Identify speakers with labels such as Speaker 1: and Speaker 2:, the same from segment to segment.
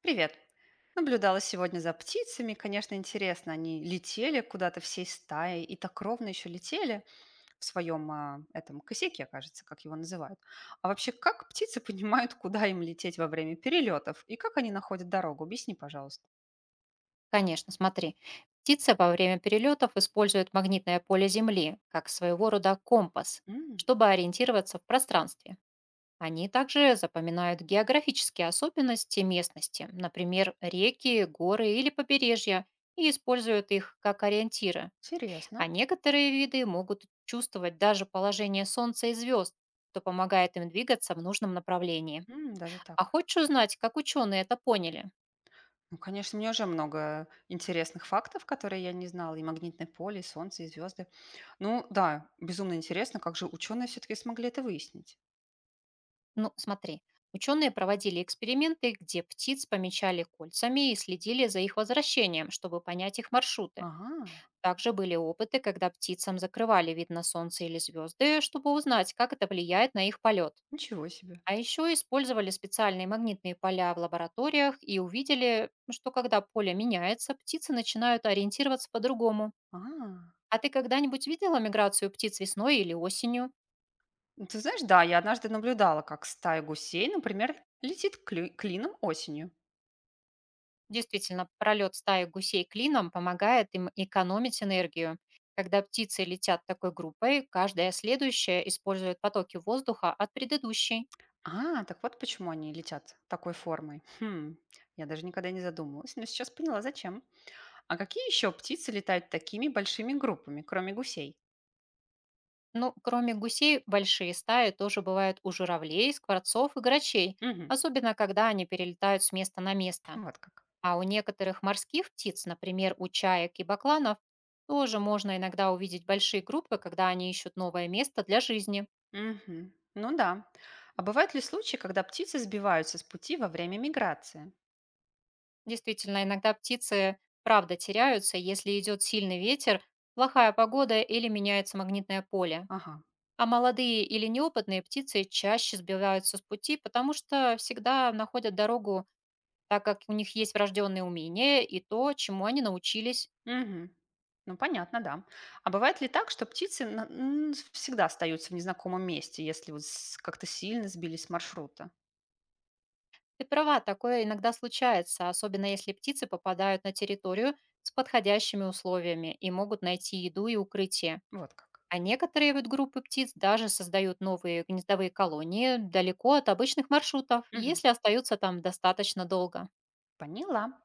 Speaker 1: Привет. Наблюдала сегодня за птицами. Конечно, интересно, они летели куда-то всей стаей и так ровно еще летели в своем этом косяке, кажется, как его называют. А вообще, как птицы понимают, куда им лететь во время перелетов и как они находят дорогу? Объясни, пожалуйста.
Speaker 2: Конечно, смотри. Птица во время перелетов использует магнитное поле Земли как своего рода компас,
Speaker 1: М,
Speaker 2: чтобы ориентироваться в пространстве. Они также запоминают географические особенности местности, например, реки, горы или побережья, и используют их как ориентиры.
Speaker 1: Интересно.
Speaker 2: А некоторые виды могут чувствовать даже положение Солнца и звезд, что помогает им двигаться в нужном направлении.
Speaker 1: Даже
Speaker 2: А
Speaker 1: так.
Speaker 2: хочешь узнать, как ученые это поняли?
Speaker 1: Ну, конечно, мне уже много интересных фактов, которые я не знала. И магнитное поле, и солнце, и звезды. Ну да, безумно интересно, как же ученые все-таки смогли это выяснить.
Speaker 2: Ну, смотри, ученые проводили эксперименты, где птиц помечали кольцами и следили за их возвращением, чтобы понять их маршруты.
Speaker 1: Ага.
Speaker 2: Также были опыты, когда птицам закрывали вид на солнце или звезды, чтобы узнать, как это влияет на их полет.
Speaker 1: Ничего себе.
Speaker 2: А еще использовали специальные магнитные поля в лабораториях и увидели, что когда поле меняется, птицы начинают ориентироваться по-другому.
Speaker 1: А.
Speaker 2: А ты когда-нибудь видела миграцию птиц весной или осенью?
Speaker 1: Ну, ты знаешь, да, я однажды наблюдала, как стая гусей, например, летит клином осенью.
Speaker 2: Действительно, пролет стаи гусей клином помогает им экономить энергию. Когда птицы летят такой группой, каждая следующая использует потоки воздуха от предыдущей.
Speaker 1: А, так вот почему они летят такой формой. Хм, я даже никогда не задумывалась, но сейчас поняла, зачем. А какие еще птицы летают такими большими группами, кроме гусей?
Speaker 2: Ну, кроме гусей, большие стаи тоже бывают у журавлей, скворцов и грачей,
Speaker 1: Угу,
Speaker 2: особенно когда они перелетают с места на место.
Speaker 1: вот как.
Speaker 2: А у некоторых морских птиц, например, у чаек и бакланов, тоже можно иногда увидеть большие группы, когда они ищут новое место для жизни.
Speaker 1: Угу. Ну да. А бывают ли случаи, когда птицы сбиваются с пути во время миграции?
Speaker 2: Действительно, иногда птицы правда теряются, если идет сильный ветер, плохая погода или меняется магнитное поле.
Speaker 1: Ага.
Speaker 2: А молодые или неопытные птицы чаще сбиваются с пути, потому что всегда находят дорогу, так как у них есть врожденные умения и то, чему они научились.
Speaker 1: Мгм. Ну, понятно, да. А бывает ли так, что птицы всегда остаются в незнакомом месте, если вот как-то сильно сбились с маршрута?
Speaker 2: Ты права, такое иногда случается, особенно если птицы попадают на территорию с подходящими условиями и могут найти еду и укрытие.
Speaker 1: Вот как.
Speaker 2: А некоторые вот группы птиц даже создают новые гнездовые колонии далеко от обычных маршрутов,
Speaker 1: Мгм.
Speaker 2: если остаются там достаточно долго.
Speaker 1: Поняла.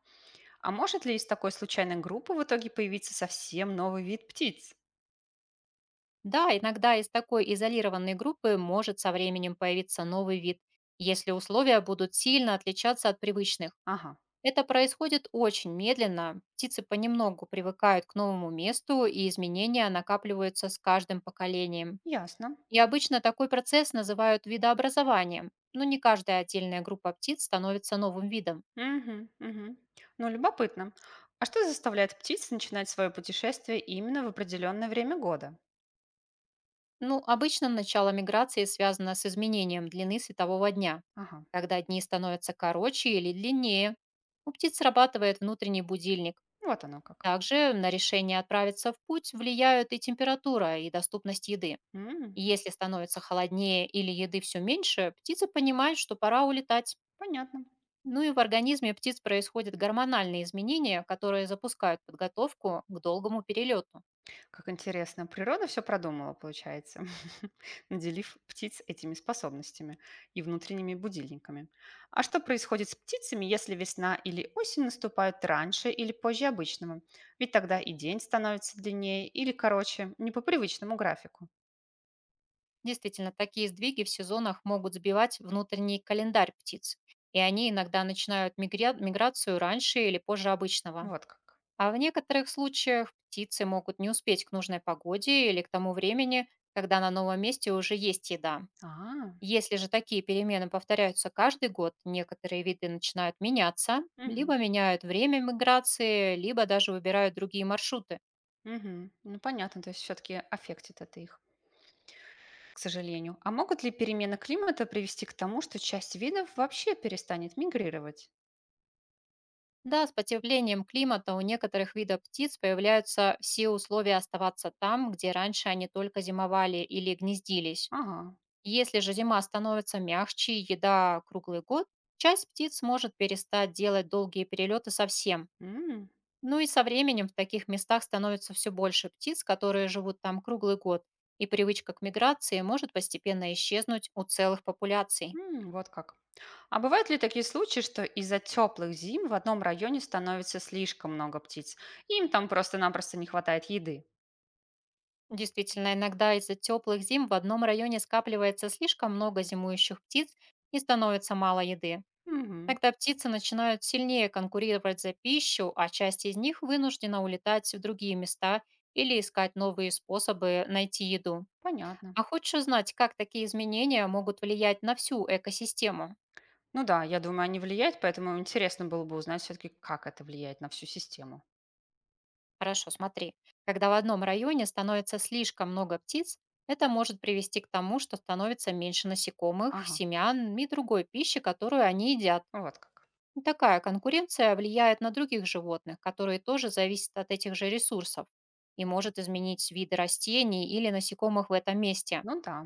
Speaker 1: А может ли из такой случайной группы в итоге появиться совсем новый вид птиц?
Speaker 2: Да, иногда из такой изолированной группы может со временем появиться новый вид, если условия будут сильно отличаться от привычных.
Speaker 1: Ага,
Speaker 2: Это происходит очень медленно, птицы понемногу привыкают к новому месту, и изменения накапливаются с каждым поколением.
Speaker 1: ясно.
Speaker 2: И обычно такой процесс называют видообразованием, но не каждая отдельная группа птиц становится новым видом.
Speaker 1: Мгм, мгм. Ну, любопытно. А что заставляет птиц начинать свое путешествие именно в определенное время года?
Speaker 2: Ну, обычно начало миграции связано с изменением длины светового дня,
Speaker 1: Ага,
Speaker 2: когда дни становятся короче или длиннее. У птиц срабатывает внутренний будильник.
Speaker 1: вот оно как.
Speaker 2: Также на решение отправиться в путь влияют и температура, и доступность еды.
Speaker 1: М,
Speaker 2: Если становится холоднее или еды все меньше, птица понимает, что пора улетать.
Speaker 1: Понятно.
Speaker 2: Ну и в организме птиц происходят гормональные изменения, которые запускают подготовку к долгому перелету.
Speaker 1: Как интересно, природа все продумала, получается, наделив птиц этими способностями и внутренними будильниками. А что происходит с птицами, если весна или осень наступают раньше или позже обычного? Ведь тогда и день становится длиннее или короче, не по привычному графику.
Speaker 2: Действительно, такие сдвиги в сезонах могут сбивать внутренний календарь птиц, и они иногда начинают миграцию раньше или позже обычного.
Speaker 1: Вот как.
Speaker 2: А в некоторых случаях птицы могут не успеть к нужной погоде или к тому времени, когда на новом месте уже есть еда.
Speaker 1: А,
Speaker 2: Если же такие перемены повторяются каждый год, некоторые виды начинают меняться,
Speaker 1: мгм,
Speaker 2: либо меняют время миграции, либо даже выбирают другие маршруты.
Speaker 1: мгм. Ну понятно, то есть все-таки аффектит это их, к сожалению. А могут ли перемены климата привести к тому, что часть видов вообще перестанет мигрировать?
Speaker 2: Да, с потеплением климата у некоторых видов птиц появляются все условия оставаться там, где раньше они только зимовали или гнездились.
Speaker 1: Ага.
Speaker 2: Если же зима становится мягче и еда круглый год, часть птиц может перестать делать долгие перелеты совсем.
Speaker 1: М.
Speaker 2: Ну и со временем в таких местах становится все больше птиц, которые живут там круглый год, и привычка к миграции может постепенно исчезнуть у целых популяций.
Speaker 1: М, вот как. А бывают ли такие случаи, что из-за теплых зим в одном районе становится слишком много птиц? И им там просто-напросто не хватает еды.
Speaker 2: Действительно, иногда из-за теплых зим в одном районе скапливается слишком много зимующих птиц и становится мало еды.
Speaker 1: Мгм,
Speaker 2: Тогда птицы начинают сильнее конкурировать за пищу, а часть из них вынуждена улетать в другие места или искать новые способы найти еду.
Speaker 1: понятно.
Speaker 2: А хочешь узнать, как такие изменения могут влиять на всю экосистему?
Speaker 1: Ну да, я думаю, они влияют, поэтому интересно было бы узнать все-таки, как это влияет на всю систему.
Speaker 2: Хорошо, смотри. Когда в одном районе становится слишком много птиц, это может привести к тому, что становится меньше насекомых,
Speaker 1: Ага,
Speaker 2: семян и другой пищи, которую они едят.
Speaker 1: вот как.
Speaker 2: И такая конкуренция влияет на других животных, которые тоже зависят от этих же ресурсов и может изменить виды растений или насекомых в этом месте.
Speaker 1: Ну да.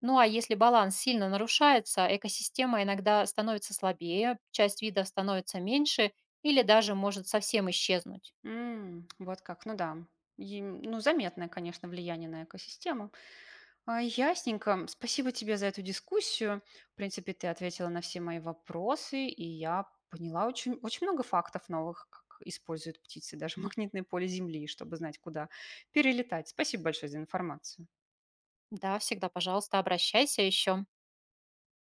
Speaker 2: Ну а если баланс сильно нарушается, экосистема иногда становится слабее, часть видов становится меньше или даже может совсем исчезнуть.
Speaker 1: М, вот как, ну да. И, ну, заметное, конечно, влияние на экосистему. А, ясненько. Спасибо тебе за эту дискуссию. В принципе, ты ответила на все мои вопросы, и я поняла очень, очень много фактов новых, как используют птицы даже магнитное поле Земли, чтобы знать, куда перелетать. Спасибо большое за информацию.
Speaker 2: Да, всегда, пожалуйста, обращайся еще.